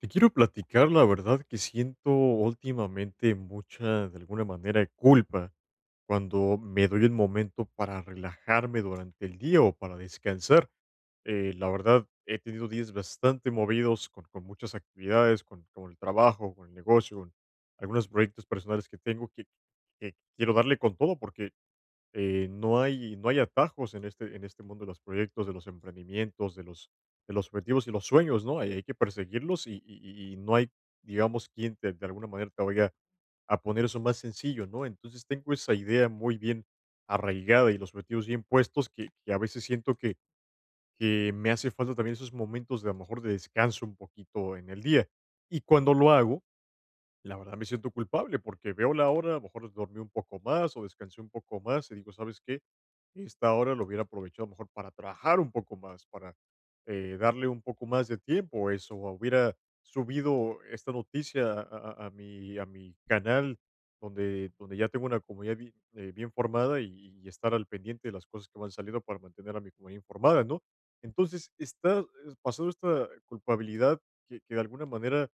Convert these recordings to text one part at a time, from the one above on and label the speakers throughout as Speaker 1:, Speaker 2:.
Speaker 1: Te quiero platicar, la verdad que siento últimamente mucha, de alguna manera, culpa cuando me doy el momento para relajarme durante el día o para descansar. La verdad, he tenido días bastante movidos con muchas actividades, con el trabajo, con el negocio, con algunos proyectos personales que tengo que quiero darle con todo porque no hay atajos en en este mundo de los proyectos, de los emprendimientos, de los objetivos y los sueños, ¿no? Hay que perseguirlos y no hay, digamos, de alguna manera te vaya a poner eso más sencillo, ¿no? Entonces tengo esa idea muy bien arraigada y los objetivos bien puestos que a veces siento que me hace falta también esos momentos de a lo mejor de descanso un poquito en el día. Y cuando lo hago, la verdad me siento culpable porque veo la hora, a lo mejor dormí un poco más o descansé un poco más y digo, ¿sabes qué? Esta hora lo hubiera aprovechado mejor para trabajar un poco más, para darle un poco más de tiempo a eso, o hubiera subido esta noticia a a mi canal donde ya tengo una comunidad bien formada y estar al pendiente de las cosas que van saliendo para mantener a mi comunidad informada, ¿no? Entonces, está pasando esta culpabilidad que de alguna manera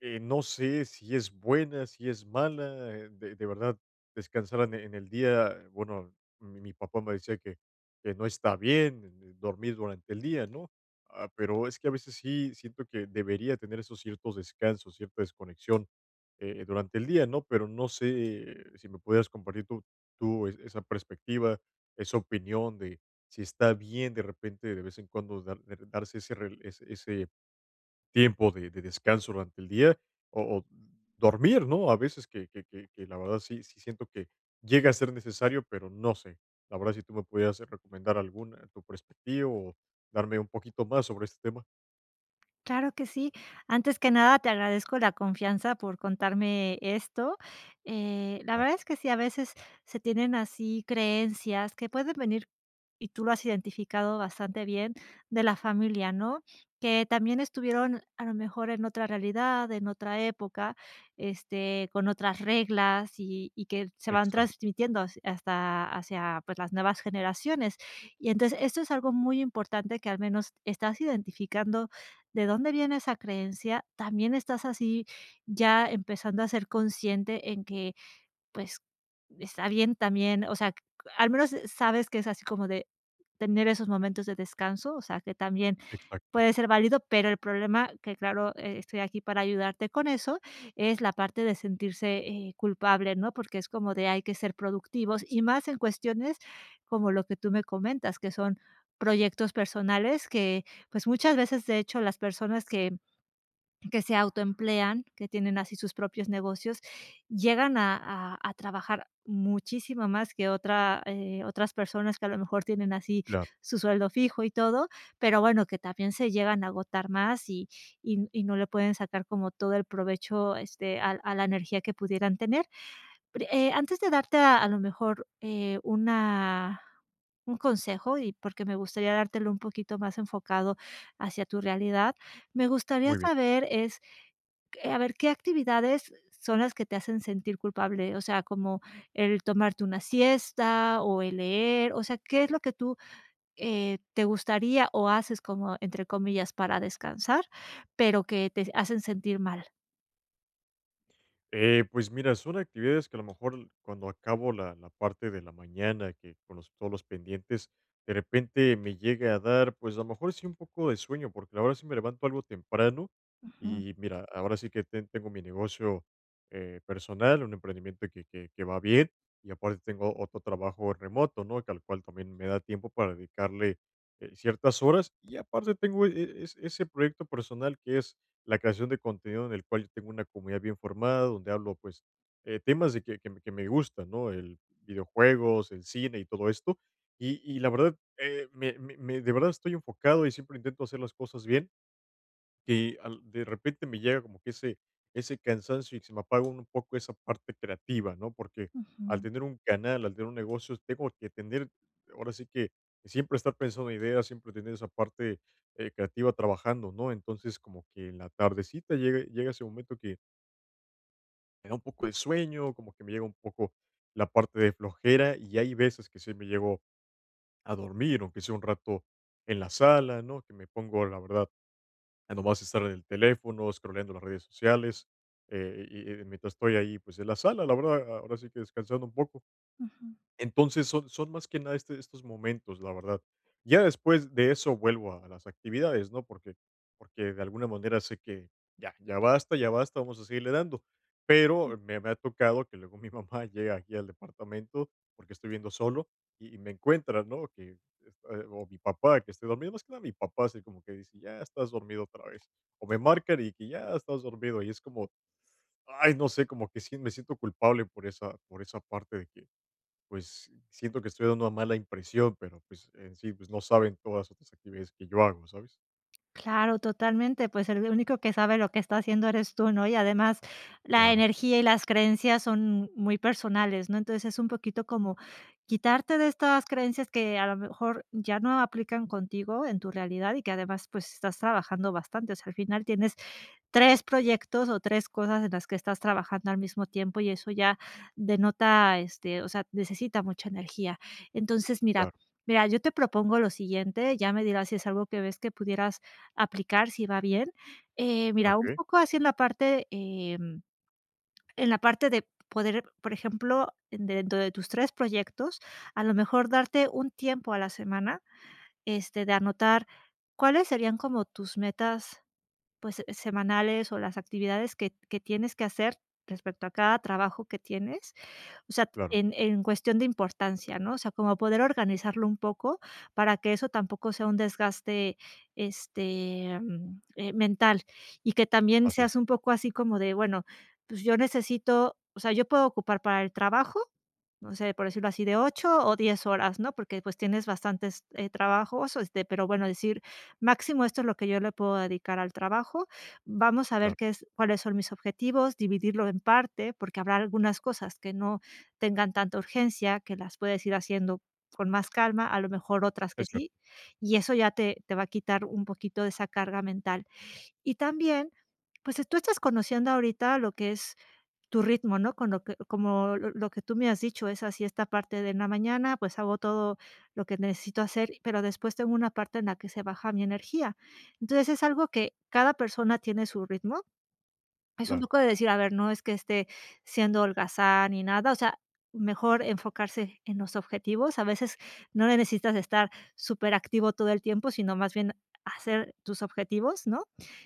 Speaker 1: no sé si es buena, si es mala, de verdad descansar en el día, bueno, mi papá me decía que no está bien, dormir durante el día, ¿no? Ah, pero es que a veces sí siento que debería tener esos ciertos descansos, cierta desconexión, durante el día, ¿no? Pero no sé si me pudieras compartir tú es esa perspectiva, esa opinión de si está bien de repente de vez en cuando darse ese rel ese ese tiempo de descanso durante el día o dormir, ¿no? A veces que la verdad sí siento que llega a ser necesario, pero no sé. La verdad, si tú me pudieras recomendar alguna, tu perspectiva o darme un poquito más sobre este tema.
Speaker 2: Claro que sí. Antes que nada, te agradezco la confianza por contarme esto. La
Speaker 1: Claro,
Speaker 2: verdad es que sí, a veces se tienen así creencias que pueden venir, y tú lo has identificado bastante bien, de la familia, ¿no? Que también estuvieron a lo mejor en otra realidad, en otra época, con otras reglas y que se van
Speaker 1: exacto,
Speaker 2: transmitiendo hasta hacia pues, las nuevas generaciones. Y entonces esto es algo muy importante que al menos estás identificando de dónde viene esa creencia, también estás así ya empezando a ser consciente en que, pues, está bien también, o sea, al menos sabes que es así como de tener esos momentos de descanso, o sea, que también
Speaker 1: exacto,
Speaker 2: puede ser válido, pero el problema, que claro, estoy aquí para ayudarte con eso, es la parte de sentirse culpable, ¿no? Porque es como de hay que ser productivos y más en cuestiones como lo que tú me comentas, que son proyectos personales que pues muchas veces de hecho las personas que se autoemplean, que tienen así sus propios negocios, llegan a trabajar muchísimo más que otra, otras personas que a lo mejor tienen así
Speaker 1: claro,
Speaker 2: su sueldo fijo y todo, pero bueno, que también se llegan a agotar más y no le pueden sacar como todo el provecho, a la energía que pudieran tener. Pri Antes de darte a lo mejor, una un consejo y porque me gustaría dártelo un poquito más enfocado hacia tu realidad, me gustaría
Speaker 1: muy bien.
Speaker 2: saber es a ver, ¿qué actividades son las que te hacen sentir culpable? O sea, como el tomarte una siesta o el leer, o sea, ¿qué es lo que tú, te gustaría o haces como, entre comillas, para descansar, pero que te hacen sentir mal?
Speaker 1: Pues mira, son actividades que a lo mejor cuando acabo la parte de la mañana, que con todos los pendientes, de repente me llega a dar, pues a lo mejor sí un poco de sueño, porque ahora sí me levanto algo temprano
Speaker 2: Ujú,
Speaker 1: y mira, ahora sí que tengo mi negocio personal, un emprendimiento que va bien y aparte tengo otro trabajo remoto, ¿no? Que al cual también me da tiempo para dedicarle ciertas horas y aparte tengo ese proyecto personal que es la creación de contenido en el cual yo tengo una comunidad bien formada, donde hablo, pues, temas de que me gustan, ¿no? El videojuegos, el cine y todo esto. Y la verdad, de verdad estoy enfocado y siempre intento hacer las cosas bien que de repente me llega como que ese cansancio y se me apaga un poco esa parte creativa, ¿no? Porque al
Speaker 2: ujú,
Speaker 1: tener un canal, al tener un negocio, tengo que tener, ahora sí que siempre estar pensando en ideas, siempre tener esa parte creativa trabajando, ¿no? Entonces como que en la tardecita llega ese momento que me da un poco de sueño, como que me llega un poco la parte de flojera y hay veces que sí me llego a dormir, aunque sea un rato en la sala, ¿no? Que me pongo, la verdad a nomás estar en el teléfono, scrolleando las redes sociales, y mientras estoy ahí, pues en la sala, la verdad, ahora sí que descansando un poco.
Speaker 2: ujú.
Speaker 1: Entonces, son más que nada estos momentos, la verdad. Ya después de eso vuelvo a las actividades, ¿no? Porque porque de alguna manera sé que ya, ya basta, vamos a seguirle dando. Pero me ha tocado que luego mi mamá llega aquí al departamento, porque estoy viendo solo, y me encuentra, ¿no? Que está o mi papá, que estoy dormido, más que nada mi papá, así como que dice: "Ya estás dormido otra vez", o me marcan y que: "Ya estás dormido", y es como, ay, no sé, como que sí me siento culpable por esa parte de que pues, siento que estoy dando una mala impresión, pero, pues, en sí, pues, no saben todas las otras actividades que yo hago, ¿sabes?
Speaker 2: Claro, totalmente, pues, el único que sabe lo que está haciendo eres tú, ¿no? Y además, la
Speaker 1: Claro,
Speaker 2: energía y las creencias son muy personales, ¿no? Entonces, es un poquito como quitarte de estas creencias que a lo mejor ya no aplican contigo en tu realidad y que además, pues, estás trabajando bastante. O sea, al final tienes 3 proyectos o 3 cosas en las que estás trabajando al mismo tiempo y eso ya denota, o sea, necesita mucha energía. Entonces, mira
Speaker 1: claro,
Speaker 2: mira, yo te propongo lo siguiente, ya me dirás si es algo que ves que pudieras aplicar, si va bien. Eh,
Speaker 1: ah,
Speaker 2: mira, un poco así en la parte, en la parte de poder, por ejemplo, dentro de tus 3 proyectos, a lo mejor darte un tiempo a la semana, de anotar cuáles serían como tus metas pues, semanales o las actividades que tienes que hacer respecto a cada trabajo que tienes, o sea,
Speaker 1: claro,
Speaker 2: en cuestión de importancia, ¿no? O sea, como poder organizarlo un poco para que eso tampoco sea un desgaste, mental, y que también
Speaker 1: así es,
Speaker 2: seas un poco así como de, bueno, pues yo necesito, o sea, yo puedo ocupar para el trabajo no sé, por decirlo así, de 8 o 10 horas, ¿no? Porque, pues, tienes bastantes, trabajos, pero bueno, decir, máximo esto es lo que yo le puedo dedicar al trabajo. Vamos a ver
Speaker 1: claro,
Speaker 2: qué es cuáles son mis objetivos, dividirlo en parte, porque habrá algunas cosas que no tengan tanta urgencia, que las puedes ir haciendo con más calma, a lo mejor otras que
Speaker 1: es cierto,
Speaker 2: sí, y eso ya te va a quitar un poquito de esa carga mental. Y también, pues, tú estás conociendo ahorita lo que es tu ritmo, ¿no? Con lo que como lo que tú me has dicho, es así esta parte de en la mañana, pues hago todo lo que necesito hacer, pero después tengo una parte en la que se baja mi energía. Entonces, es algo que cada persona tiene su ritmo es un
Speaker 1: claro,
Speaker 2: poco de decir, a ver, no es que esté siendo holgazán ni nada, o sea, mejor enfocarse en los objetivos. A veces no le necesitas estar superactivo todo el tiempo, sino más bien hacer tus objetivos, ¿no?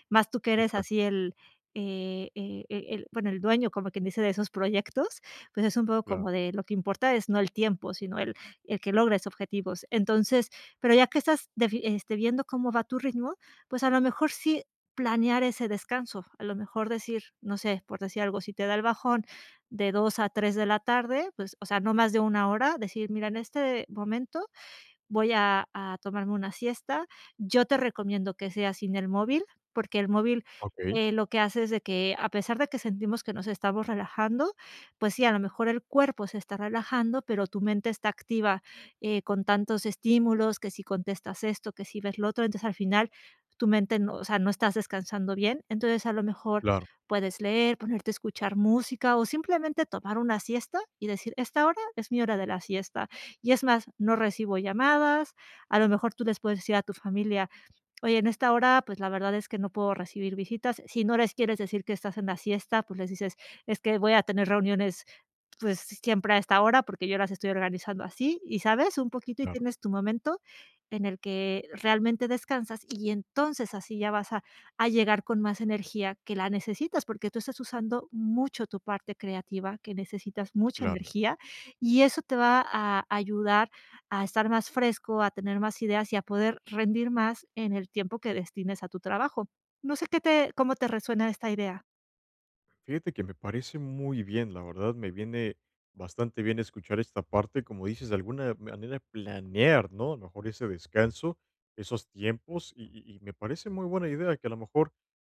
Speaker 2: Más tú que eres así
Speaker 1: exacto,
Speaker 2: el bueno, el dueño, como quien dice, de esos proyectos, pues es un poco como
Speaker 1: claro,
Speaker 2: de lo que importa es no el tiempo, sino el que logres objetivos. Entonces, pero ya que estás viendo cómo va tu ritmo, pues a lo mejor sí planear ese descanso. A lo mejor decir, no sé, por decir algo, si te da el bajón de 2 a 3 de la tarde, pues, o sea, no más de una hora, decir: "Mira, en este momento voy a tomarme una siesta. Yo te recomiendo que sea sin el móvil, porque el móvil,
Speaker 1: okey,
Speaker 2: lo que hace es de que, a pesar de que sentimos que nos estamos relajando, pues sí, a lo mejor el cuerpo se está relajando, pero tu mente está activa, con tantos estímulos, que si contestas esto, que si ves lo otro, entonces al final tu mente no, o sea, no estás descansando bien. Entonces, a lo mejor
Speaker 1: claro,
Speaker 2: puedes leer, ponerte a escuchar música o simplemente tomar una siesta y decir: "Esta hora es mi hora de la siesta". Y es más, no recibo llamadas, a lo mejor tú les puedes decir a tu familia, oye, en esta hora, pues, la verdad es que no puedo recibir visitas. Si no les quieres decir que estás en la siesta, pues, les dices: "Es que voy a tener reuniones, pues, siempre a esta hora, porque yo las estoy organizando así", y, ¿sabes? Un poquito, y
Speaker 1: claro,
Speaker 2: tienes tu momento en el que realmente descansas, y entonces así ya vas a llegar con más energía que la necesitas, porque tú estás usando mucho tu parte creativa, que necesitas mucha
Speaker 1: claro.
Speaker 2: energía, y eso te va a ayudar a estar más fresco, a tener más ideas y a poder rendir más en el tiempo que destines a tu trabajo. No sé qué te cómo te resuena esta idea.
Speaker 1: Fíjate que me parece muy bien, la verdad, me viene bastante bien escuchar esta parte, como dices, de alguna manera planear, ¿no? A lo mejor ese descanso, esos tiempos, y me parece muy buena idea que a lo mejor,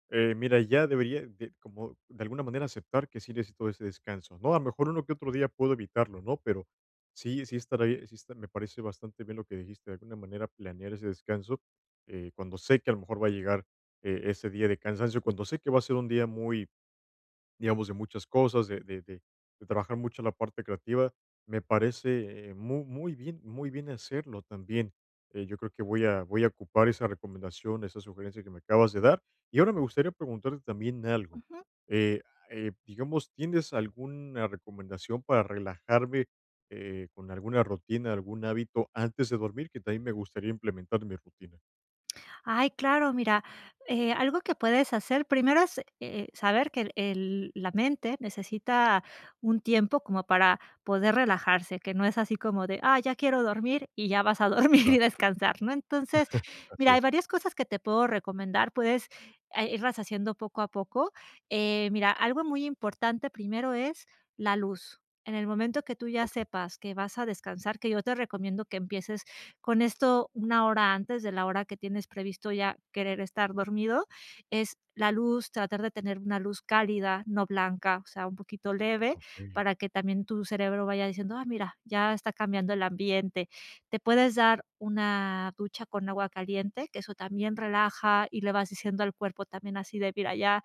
Speaker 1: mira, ya debería, de, como de alguna manera aceptar que sí necesito ese descanso, ¿no? A lo mejor uno que otro día puedo evitarlo, ¿no? Pero sí, sí estará, bien, sí está- me parece bastante bien lo que dijiste, de alguna manera planear ese descanso, cuando sé que a lo mejor va a llegar ese día de cansancio, cuando sé que va a ser un día muy digamos, de muchas cosas, de trabajar mucho la parte creativa. Me parece muy bien hacerlo también. Yo creo que voy a, voy a ocupar esa recomendación, esa sugerencia que me acabas de dar. Y ahora me gustaría preguntarte también algo.
Speaker 2: Ujú.
Speaker 1: Eh, digamos, ¿tienes alguna recomendación para relajarme con alguna rutina, algún hábito antes de dormir? Que también me gustaría implementar en mi rutina.
Speaker 2: Ay, claro, mira, algo que puedes hacer primero es saber que la mente necesita un tiempo como para poder relajarse, que no es así como de, ah, ya quiero dormir y ya vas a dormir y
Speaker 1: Claro,
Speaker 2: descansar, ¿no? Entonces, mira,
Speaker 1: así
Speaker 2: hay
Speaker 1: es.
Speaker 2: varias cosas que te puedo recomendar, puedes irlas haciendo poco a poco. Mira, algo muy importante primero es la luz. En el momento que tú ya
Speaker 1: Ok,
Speaker 2: sepas que vas a descansar, que yo te recomiendo que empieces con esto, una hora antes de la hora que tienes previsto ya querer estar dormido, es la luz, tratar de tener una luz cálida, no blanca, o sea, un poquito leve,
Speaker 1: ok.
Speaker 2: para que también tu cerebro vaya diciendo, ah, mira, ya está cambiando el ambiente. Te puedes dar una ducha con agua caliente, que eso también relaja y le vas diciendo al cuerpo también así de, mira, ya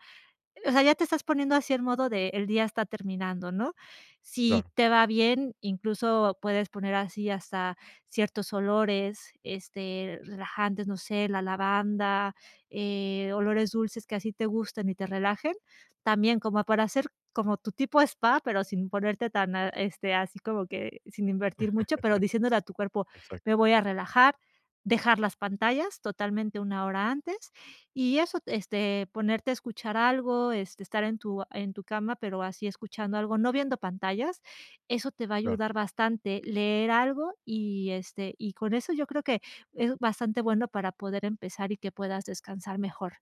Speaker 2: o sea, ya te estás poniendo así el modo de el día está terminando, ¿no? Si
Speaker 1: Claro.
Speaker 2: te va bien, incluso puedes poner así hasta ciertos olores, relajantes, no sé, la lavanda, olores dulces que así te gusten y te relajen. También como para hacer como tu tipo spa, pero sin ponerte tan, así como que sin invertir mucho, pero diciéndole a tu cuerpo: "Me
Speaker 1: Exacto.
Speaker 2: voy a relajar", dejar las pantallas totalmente una hora antes y eso, ponerte a escuchar algo, estar en tu cama, pero así escuchando algo, no viendo pantallas, eso te va a
Speaker 1: Claro.
Speaker 2: ayudar bastante, leer algo y, y con eso yo creo que es bastante bueno para poder empezar y que puedas descansar mejor.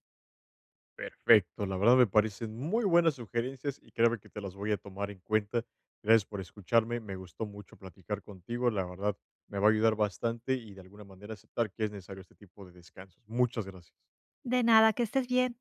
Speaker 1: Perfecto, la verdad me parecen muy buenas sugerencias y créeme que te las voy a tomar en cuenta. Gracias por escucharme, me gustó mucho platicar contigo, la verdad me va a ayudar bastante y de alguna manera aceptar que es necesario este tipo de descansos. Muchas gracias.
Speaker 2: De nada, que estés bien.